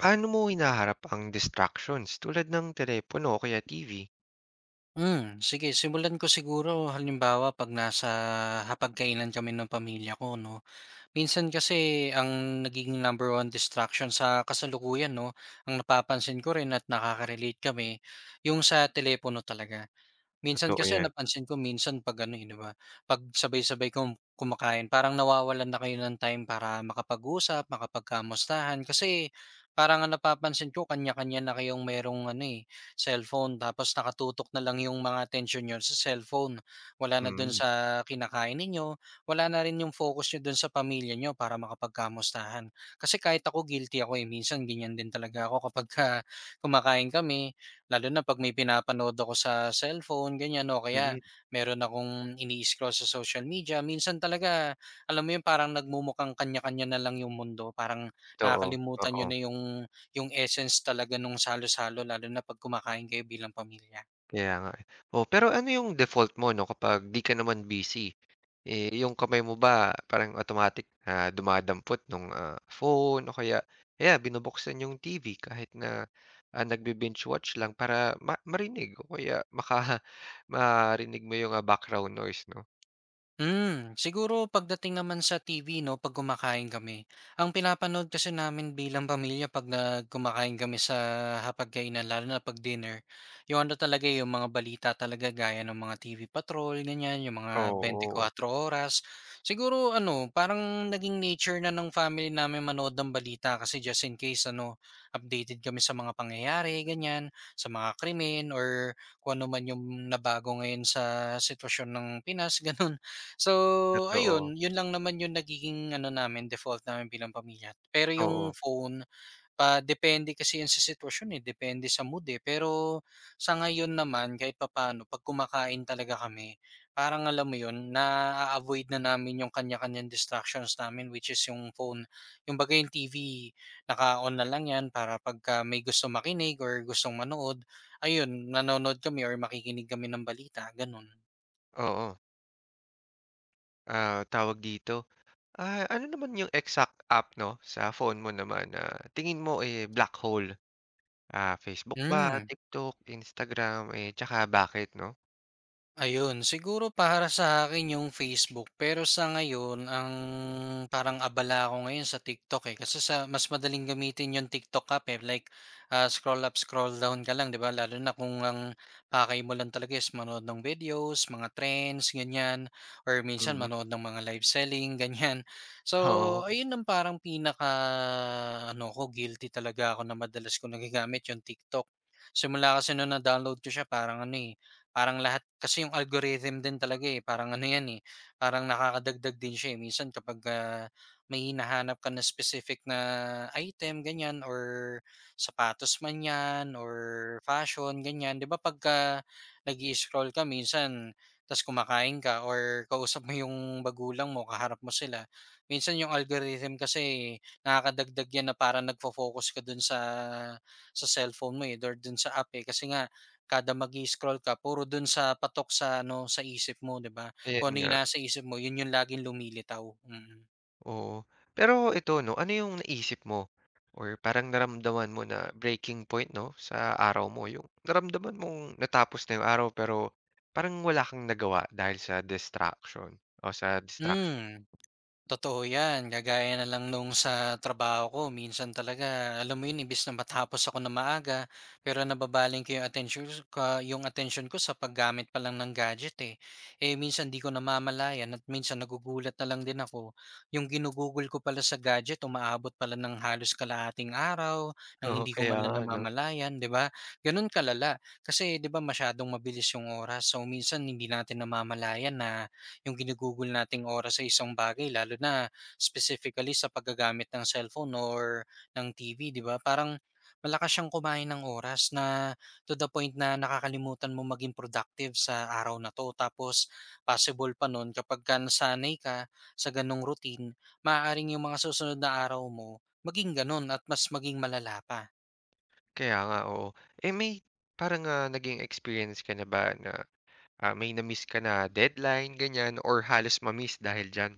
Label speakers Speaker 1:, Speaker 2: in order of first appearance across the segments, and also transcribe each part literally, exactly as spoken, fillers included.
Speaker 1: Paano mo hinaharap ang distractions tulad ng telepono o kaya T V?
Speaker 2: Hmm, sige, simulan ko siguro halimbawa 'pag nasa hapagkainan kami ng pamilya ko 'no. Minsan kasi ang naging number one distraction sa kasalukuyan 'no, ang napapansin ko rin at nakaka-relate kami, yung sa telepono talaga. Minsan
Speaker 1: Totoo
Speaker 2: kasi
Speaker 1: yan.
Speaker 2: napansin ko minsan 'pag ano, eh, 'di ba, 'pag sabay-sabay kayong kumakain parang nawawalan na kayo ng time para makapag-usap, makapagkamustahan. Kasi parang ang napapansin ko kanya-kanya na kayong merong ano, eh, cellphone tapos nakatutok na lang yung mga attention niyo sa cellphone. Wala na dun
Speaker 1: Mm,
Speaker 2: sa kinakain ninyo, wala na rin yung focus niyo dun sa pamilya niyo para makapagkamustahan. Kasi kahit ako guilty ako, eh, minsan ganyan din talaga ako kapag kapagka kumakain kami. Lalo na 'pag may pinapanood ako sa cellphone ganyan o kaya
Speaker 1: mm,
Speaker 2: meron akong ini-scroll sa social media, minsan talaga alam mo 'yun parang nagmumukhang kanya-kanya na lang 'yung mundo, parang
Speaker 1: totoo,
Speaker 2: nakakalimutan
Speaker 1: oo,
Speaker 2: niyo na 'yung 'yung essence talaga nung salo-salo lalo na 'pag kumakain kayo bilang pamilya.
Speaker 1: kaya nga, eh. Oh, pero ano yung default mo 'no kapag 'di ka naman busy? Eh, yung kamay mo ba parang automatic ah dumadampot nung, ah, phone o kaya kaya binubuksan yung T V kahit na, ah, nagbi-binge watch lang para ma marinig o kaya maka marinig mo yung, ah, background noise 'no?
Speaker 2: Hmm, siguro pagdating naman sa T V 'no, 'pag kumakain kami. Ang pinapanood kasi namin bilang pamilya 'pag nag kumakain kami sa hapagkainan lalo na 'pag dinner, yung ano talaga, eh, yung mga balita talaga gaya ng mga T V Patrol ganyan, yung mga twenty four
Speaker 1: Oo,
Speaker 2: Oras. Siguro ano, parang naging nature na ng family namin manood ng balita kasi just in case ano, updated kami sa mga pangyayari ganyan, sa mga krimen or kung ano man yung nabago ngayon sa sitwasyon ng Pinas, gano'n. So,
Speaker 1: totoo,
Speaker 2: ayun, yun lang naman yung nagiging ano namin, default namin bilang pamilya. Pero yung
Speaker 1: oo,
Speaker 2: phone, pa depende kasi yun sa sitwasyon eh, depende sa mood eh. Pero sa ngayon naman, kahit papaano, pag kumakain talaga kami, parang alam mo yun, na-avoid na namin yung kanya-kanyang distractions namin, which is yung phone. Yung bagay yung T V, naka-on na lang yan para pagka may gusto makinig or gustong manood, ayun, nanonood kami or makikinig kami ng balita, ganun.
Speaker 1: oo. Ah, tawag dito, ah, ano naman yung exact app 'no, sa phone mo naman na tingin mo, eh, black hole? Ah, Facebook ba,
Speaker 2: Mm.
Speaker 1: TikTok, Instagram, eh, tsaka bakit 'no?
Speaker 2: Ayun, siguro para sa akin yung Facebook, pero sa ngayon ang parang abala ako ngayon sa TikTok, eh, kasi sa mas madaling gamitin yung TikTok app, eh, like, ah, scroll up, scroll down ka lang 'di ba, lalo na kung ang pakay mo lang talaga is manood ng videos, mga trends, ganyan, or minsan
Speaker 1: Mm,
Speaker 2: manood ng mga live selling, ganyan. So,
Speaker 1: oo,
Speaker 2: ayun ang parang pinaka-ano ko, guilty talaga ako na madalas ko nagagamit yung TikTok. Simula kasi nung na-download ko siya parang ano, eh, parang lahat kasi yung algorithm din talaga, eh, parang ano 'yan, eh, parang nakakadagdag din siya, eh. Minsan kapag, ah, may hinahanap ka na specific na item ganyan or sapatos man 'yan or fashion ganyan, 'di ba, pagka nag scroll ka minsan ta's kumakain ka or kausap mo yung magulang mo, kaharap mo sila, minsan yung algorithm kasi eh, nakakadagdag 'yan na parang nagfo-focus ka dun sa sa cellphone mo, eh, or dun sa app, eh. Kasi nga kada magi scroll ka puro dun sa patok sa ano, sa isip mo, 'di ba?
Speaker 1: ayan
Speaker 2: Kung ano
Speaker 1: nga,
Speaker 2: yung nasa isip mo, yun yung laging lumilitaw, mm.
Speaker 1: oo. Pero ito 'no, ano yung naisip mo or parang naramdaman mo na breaking point 'no, sa araw mo? Yung naramdaman mong natapos na yung araw pero parang wala kang nagawa dahil sa distraction o sa distraction.
Speaker 2: Hmm. Totoo 'yan, kagaya na lang nung sa trabaho ko minsan talaga alam mo 'yun imbes na matapos ako na maaga, pero nababaling ko 'yung attention ka 'yung attention ko sa paggamit pa lang ng gadget, eh. Eh, minsan 'di ko namamalayan at minsan nagugulat na lang din ako, 'yung ginugugol ko pala sa gadget umaabot pala ng halos kalahating araw nang
Speaker 1: Oo,
Speaker 2: hindi ko
Speaker 1: kaya
Speaker 2: man lang
Speaker 1: nga 'no.
Speaker 2: namamalayan, 'di ba? Gano'n kalala, kasi 'di ba masyadong mabilis 'yung oras, so minsan hindi natin namamalayan na yung ginugugol nating oras sa isang bagay lalo na specifically sa paggagamit ng cellphone or ng T V, 'di ba? Parang malakas siyang kumain ng oras na to the point na nakakalimutan mo maging productive sa araw na to. Tapos possible pa nun kapag ka nasanay ka sa ganong routine, maaaring yung mga susunod na araw mo maging ganun at mas maging malala pa.
Speaker 1: Kaya nga, oo. Eh, may parang, ah, naging experience ka na ba na, ah, may na-miss ka na deadline, ganyan or halos ma-miss dahil diyan?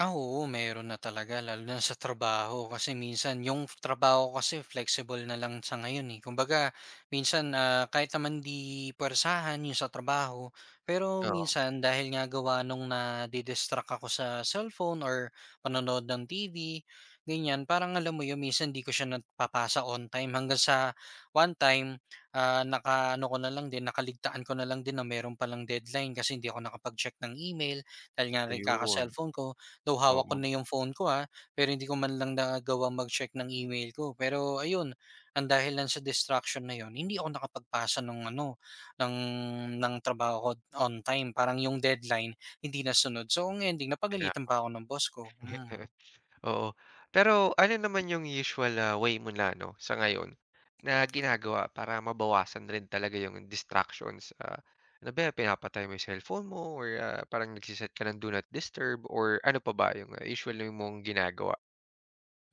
Speaker 2: Ah, oo, meron na talaga lalo na sa trabaho kasi minsan yung trabaho ko kasi flexible na lang sa ngayon, eh. Kumbaga minsan, ah, kahit naman 'di puwersahan yung sa trabaho, pero
Speaker 1: Oo,
Speaker 2: minsan dahil nga gawa nung na distract ako sa cellphone or panonood ng T V, ganyan. Parang alam mo yun minsan 'di ko siya napapasa on time hanggang sa one time, ah, nakaano ko na lang din, nakaligtaan ko na lang din na meron palang deadline kasi hindi ako nakapag-check ng email dahil nga rin
Speaker 1: ayun.
Speaker 2: kaka-cellphone ko. Though hawak ko
Speaker 1: Oo,
Speaker 2: na yung phone ko, ah, pero hindi ko man lang nagawang mag-check ng email ko. Pero ayun, ang dahil lang sa distraction na yon, hindi ako nakapagpasa ng ano, ng, ng trabaho ko on time. Parang yung deadline, hindi nasunod. So, ang ending,
Speaker 1: kaya
Speaker 2: napagalitan pa ako ng boss ko. Mm.
Speaker 1: oo. Pero ano naman yung usual, ah, way mo na ano, sa ngayon na ginagawa para mabawasan rin talaga yung distractions? Ah, ano ba yan, pinapatay mo yung cellphone mo or, ah, parang nagsiset ka ng do not disturb or ano pa ba yung, ah, usually mong ginagawa?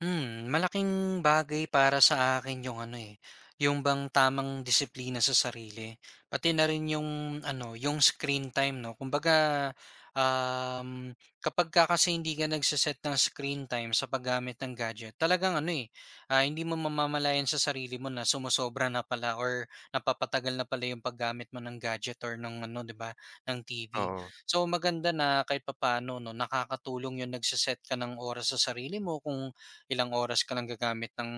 Speaker 2: Hmm, malaking bagay para sa akin yung ano, eh, yung bang tamang disiplina sa sarili, pati na rin yung ano, yung screen time 'no. Kumbaga, um, kapag ka kasi hindi ka nagse ng screen time sa paggamit ng gadget, talagang ano, eh, ah, hindi mo mamamalayan sa sarili mo na sumosobra na pala or napapatagal na pala yung paggamit mo ng gadget or ng ano, 'di ba, ng T V.
Speaker 1: Oo,
Speaker 2: So maganda na kahit papaano 'no, nakakatulong yung nagse ka ng oras sa sarili mo kung ilang oras ka lang gagamit ng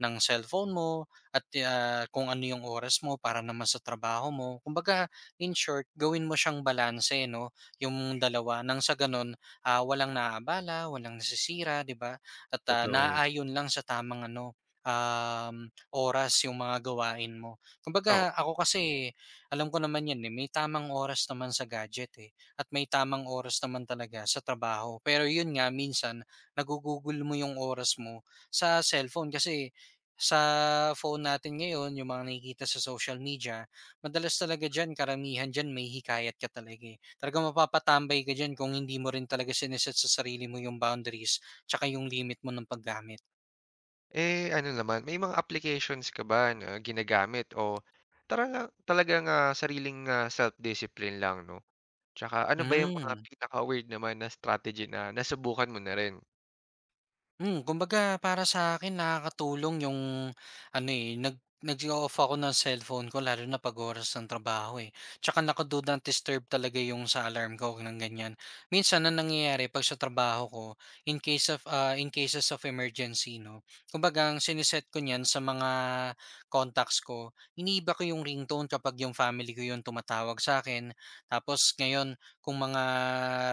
Speaker 2: ng cellphone mo at, ah, kung ano yung oras mo para naman sa trabaho mo. Kumbaga, in short, gawin mo siyang balanse 'no, yung dalawa nang sa gano'n, ah, walang naabala, walang nasisira, 'di ba? At, ah,
Speaker 1: totoo eh.
Speaker 2: naaayon lang sa tamang ano, um, oras yung mga gawain mo.
Speaker 1: Oo.
Speaker 2: Kumbaga, ako kasi alam ko naman 'yan, eh, may tamang oras naman sa gadget, eh, at may tamang oras naman talaga sa trabaho. Pero 'yun nga minsan, nagugugol mo yung oras mo sa cellphone kasi sa phone natin ngayon, yung mga nakikita sa social media, madalas talaga diyan karamihan diyan may hikayat ka talaga, eh. Talagang mapapatambay ka diyan kung hindi mo rin talaga sine sa sarili mo yung boundaries tsaka yung limit mo ng paggamit.
Speaker 1: Eh, ano naman, may mga applications ka ba na ginagamit o tarala talagang, ah, sariling, ah, self-discipline lang 'no? Tsaka ano ba yung mga
Speaker 2: Hmm.
Speaker 1: pinaka-weird naman na strategy na nasubukan mo na rin?
Speaker 2: Hmm, kumbaga para sa akin nakakatulong yung ano, eh, nag nag-o-off ako ng cellphone ko lalo na 'pag oras ng trabaho, eh. Tsaka naka do not disturb talaga yung sa alarm ko ng ganyan. Minsan ang nangyayari 'pag sa trabaho ko in case of, ah, in cases of emergency 'no, kumbaga ang siniset ko niyan sa mga contacts ko, iniiba ko yung ringtone kapag yung family ko yung tumatawag sa akin. Tapos ngayon kung mga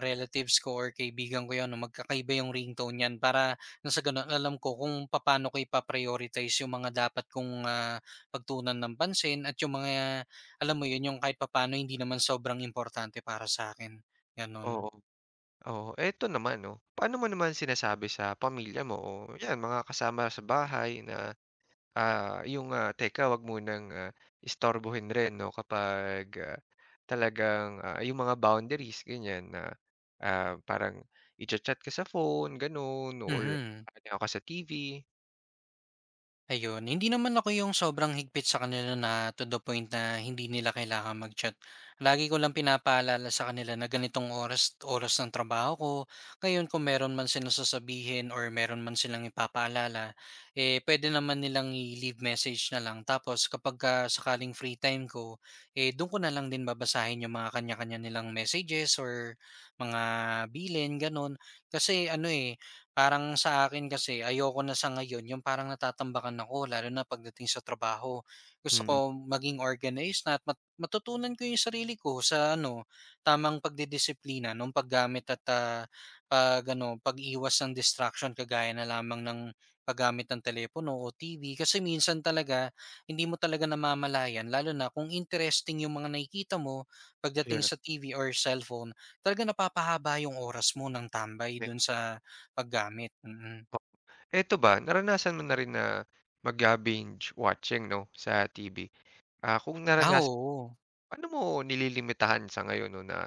Speaker 2: relatives ko or kaibigan ko yun 'no, magkakaiba yung ringtone niyan para nang sa gano'n alam ko kung paano ko ipa-prioritize yung mga dapat kong, ah, pagtuunan ng pansin at yung mga alam mo 'yun, yung kahit papaano hindi naman sobrang importante para sa akin gano'n.
Speaker 1: Oo, oo. Eto naman 'no, paano mo naman sinasabi sa pamilya mo o 'yan mga kasama sa bahay na. Ah, yung, ah, teka wag munang, ah, istorbohin rin 'no kapag, ah, talagang, ah, yung mga boundaries ganyan na, ah, parang i-cha-chat ka sa phone gano'n or
Speaker 2: Mhm.
Speaker 1: ano ka sa T V,
Speaker 2: Ayun, hindi naman ako yung sobrang higpit sa kanila na to the point na hindi nila kailangan mag-chat. Lagi ko lang pinapaalala sa kanila na ganitong oras oras ng trabaho ko. Ngayon kung meron man silang sasabihin or meron man silang ipapaalala, eh pwede naman nilang i-leave message na lang. Tapos kapag ah, sakaling free time ko, eh doon ko na lang din babasahin yung mga kanya-kanya nilang messages or mga bilin, ganun. Kasi ano eh, parang sa akin kasi ayoko na sa ngayon yung parang natatambakan ako lalo na pagdating sa trabaho. Gusto
Speaker 1: mm.
Speaker 2: ko maging organized na at mat- matutunan ko yung sarili ko sa ano, tamang pagdidisiplina nung paggamit at ah, pag ano, pag-iwas ng distraction kagaya na lamang ng paggamit ng telepono o T V kasi minsan talaga hindi mo talaga namamalayan lalo na kung interesting yung mga nakikita mo pagdating
Speaker 1: Yeah,
Speaker 2: sa T V or cellphone, talaga napapahaba yung oras mo ng tambay
Speaker 1: meron
Speaker 2: dun sa paggamit, mm.
Speaker 1: po. Eto ba, naranasan mo na rin na mag, ah, binge watching 'no sa T V? Ah, kung
Speaker 2: Ah,
Speaker 1: naranasan.
Speaker 2: oo.
Speaker 1: Paano mo nililimitahan sa ngayon 'no na,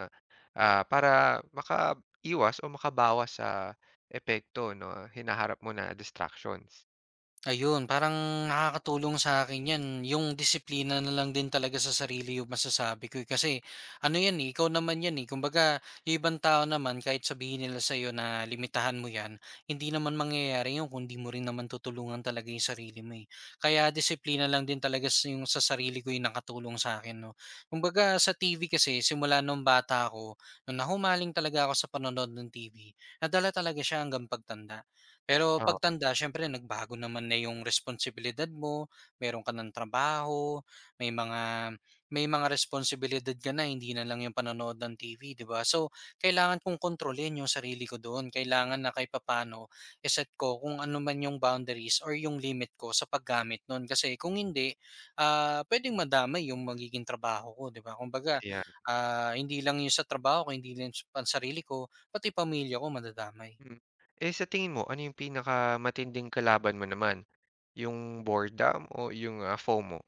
Speaker 1: ah, para makaiwas o makabawas sa epekto 'no, hinaharap mo na distractions?
Speaker 2: Ayun, parang nakakatulong sa'kin 'yan, yung disiplina na lang din talaga sa sarili yung masasabi ko, eh. Kasi ano 'yan, eh, ikaw naman 'yan, eh. Kumbaga yung ibang tao naman kahit sabihin nila sa'yo na limitahan mo 'yan, hindi naman mangyayari yun kung 'di mo rin naman tutulungan talaga yung sarili mo, eh. Kaya disiplina lang din talaga sa yung sa sarili ko yung nakatulong sa akin, 'no. Kumbaga sa T V kasi simula nung bata ako, nung nahumaling talaga ako sa panonood ng T V, nadala talaga siya hanggang pagtanda. Pero
Speaker 1: Oh,
Speaker 2: pagtanda siyempre nagbago naman na yung responsibilidad mo, meron ka ng trabaho, may mga may mga responsibilidad ka na hindi na lang yung panonood ng T V, 'di ba? So, kailangan kong kontrolin yung sarili ko doon. Kailangan na kahit papaano i ko kung ano man yung boundaries or yung limit ko sa paggamit noon kasi kung hindi, ah pwedeng madamay yung magiging trabaho ko, 'di ba? Kumbaga,
Speaker 1: ayan.
Speaker 2: ah hindi lang yung sa trabaho ko, hindi lang sa pan- sarili ko, pati pamilya ko madadamay.
Speaker 1: Hmm. Eh, sa tingin mo ano yung pinakamatinding kalaban mo naman, yung boredom o yung, ah, FOMO?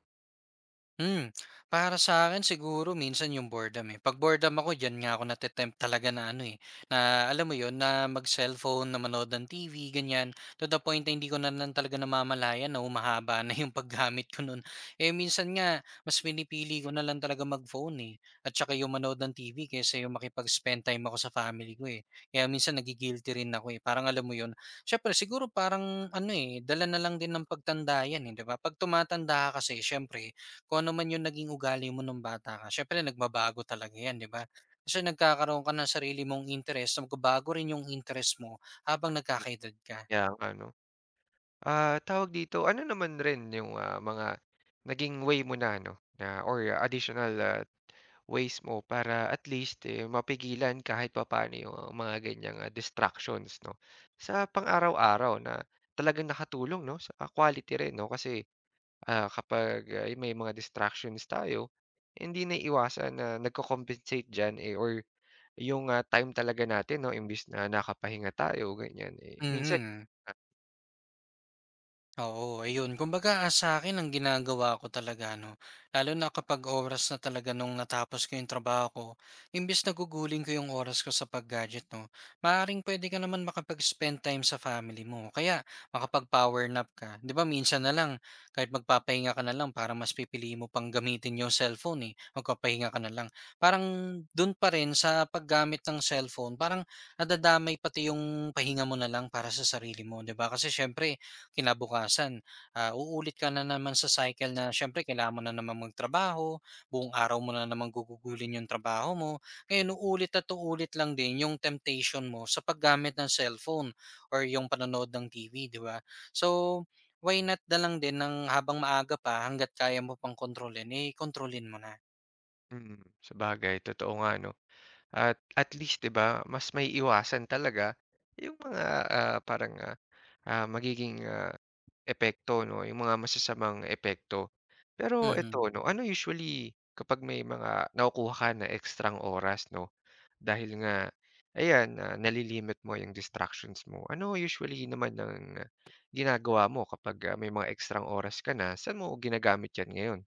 Speaker 2: Hmm, para sa akin siguro minsan yung boredom, eh. 'Pag boredom ako diyan nga ako nate-tempt talaga na ano, eh, na alam mo yon na mag-cellphone, na manood ng T V, ganyan. To the point na hindi ko na lang talaga namamalayan na humahaba na yung paggamit ko nun. Eh, minsan nga mas pinipili ko na lang talaga mag-phone, eh, at saka yung manood ng T V kaysa yung makipag-spend time ako sa family ko, eh. Kaya minsan nagi-guilty rin ako, eh, parang alam mo yon siyempre siguro parang ano, eh, dala na lang din ng pagtanda yan, eh, 'di ba? 'Pag tumatanda ka kasi siyempre kung ano man yung naging ugali mo nung bata ka syempre nagbabago talaga yan, 'di ba? Kasi nagkakaroon ka ng sarili mong interes, so magbabago rin yung interes mo habang nagkakaedad ka.
Speaker 1: Kaya Ano, ah, tawag dito, ano naman rin yung, ah, mga naging way mo na ano na or ah, additional, ah Ways mo para at least, eh, mapigilan kahit papaano yung, ah, mga ganiyang, ah, distractions 'no, sa pang-araw-araw na talagang nakatulong 'no, sa ah, quality rin 'no kasi, ah, kapag, ah, may mga distractions tayo, hindi naiiwasan na nagko-compensate diyan, eh, or yung, ah, time talaga natin 'no imbes na nakapahinga tayo ganiyan, eh, minsan
Speaker 2: Mhm. Oo, ayun. Kumbaga, ah, sa'kin ang ginagawa ko talaga 'no, lalo na kapag oras na talaga nung natapos ko yung trabaho ko, imbes na gugulin ko yung oras ko sa pag-gadget 'no, maaaring pwede ka naman makapag-spend time sa family mo kaya makapag-power nap ka. 'Di ba minsan na lang kahit magpapahinga ka na lang parang mas pipili mo pang gamitin yung cellphone, eh, magpapahinga ka na lang. Parang dun pa rin sa paggamit ng cellphone, parang nadadamay pati yung pahinga mo na lang para sa sarili mo, 'di ba? Kasi siyempre kinabukasan, ah, uulit ka na naman sa cycle na siyempre kailangan mo na naman magtrabaho, buong araw mo na naman gugugulin yung trabaho mo. Ngayon uulit at uulit lang din yung temptation mo sa paggamit ng cellphone or yung panonood ng T V, 'di ba? So, why not na lang din ng habang maaga pa hangga't kaya mo pang kontrolin, eh kontrolin mo na.
Speaker 1: mm, sa bagay totoo nga 'no at at least 'di ba mas may iwasan talaga yung mga, ah, parang, ah, ah, magiging, ah Epekto 'no, yung mga masasamang epekto. Pero
Speaker 2: Mhm.
Speaker 1: eto 'no, ano usually kapag may mga nakukuha ka na ekstrang oras 'no, dahil nga ayan, ah, nali-limit mo yung distractions mo. Ano usually naman ang ah, ginagawa mo kapag, ah, may mga ekstrang oras ka na, saan mo ginagamit 'yan ngayon?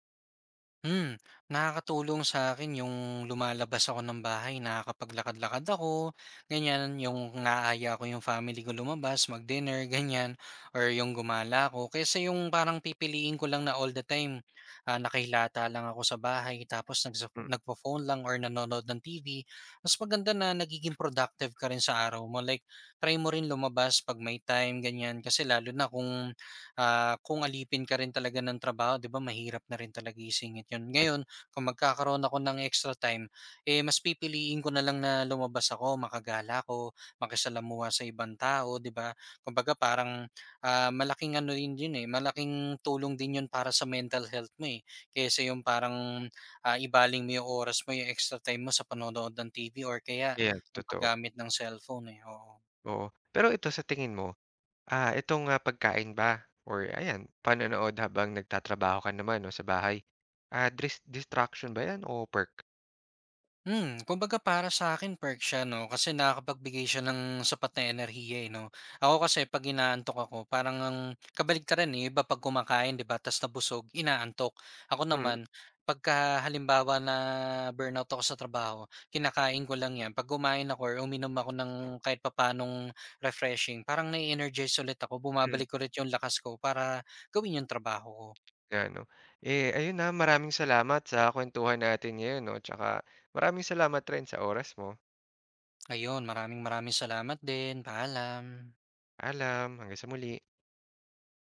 Speaker 2: Hmm, nakakatulong sa akin yung lumalabas ako ng bahay, nakakapaglakad-lakad ako, ganyan. Yung inaaya ko yung family ko lumabas, mag-dinner, ganyan, or yung gumala ako. Kaysa yung parang pipiliin ko lang na all the time, ah, nakahilata lang ako sa bahay tapos nagso
Speaker 1: Mm,
Speaker 2: nagpo-phone lang or nanonood ng T V. Mas maganda na nagiging productive ka rin sa araw mo. Like, try mo rin lumabas 'pag may time, ganyan. Kasi lalo na kung ah, kung alipin ka rin talaga ng trabaho, 'di ba mahirap na rin talaga isingit 'yun.
Speaker 1: at
Speaker 2: Ngayon, kung magkakaroon ako ng extra time, eh mas pipiliin ko na lang na lumabas ako, makagala ko, makisalamuha sa ibang tao, 'di ba? Kumbaga parang ah, malaking ano rin 'yun eh, malaking tulong din 'yun para sa mental health mo eh. Kaysa yung parang ah, ibaling mo yung oras mo, yung extra time mo sa panonood ng T V or kaya
Speaker 1: ayan,
Speaker 2: yung
Speaker 1: totoo,
Speaker 2: paggamit ng cellphone eh. Oo.
Speaker 1: oo. Pero ito sa tingin mo, ah, itong, ah, pagkain ba or ayan, panonood habang nagtatrabaho ka naman 'no, sa bahay, ah, dris distraction ba 'yan o perk?
Speaker 2: Hmm, kumbaga para sa'kin perk siya 'no, kasi nakakapagbigay siya ng sapat na enerhiya, eh, 'no. Ako kasi 'pag inaantok ako parang ang kabaligtaran, eh, yung iba 'pag kumakain 'di ba ta's nabusog, inaantok. Ako naman
Speaker 1: Mm.
Speaker 2: pagka halimbawa na burnout ako sa trabaho, kinakain ko lang 'yan. 'Pag kumain ako or uminom ako ng kahit papaanong refreshing, parang na-e-energize ulit ako,
Speaker 1: Hmm,
Speaker 2: bumabalik ulit yung lakas ko para gawin yung trabaho ko.
Speaker 1: nga 'no. Eh, ayun, na, maraming salamat sa kuwentuhan natin ngayon 'no, 'tsaka maraming salamat rin sa oras mo.
Speaker 2: Ayun, maraming maraming salamat din. Paalam.
Speaker 1: Alam, hanggang sa muli.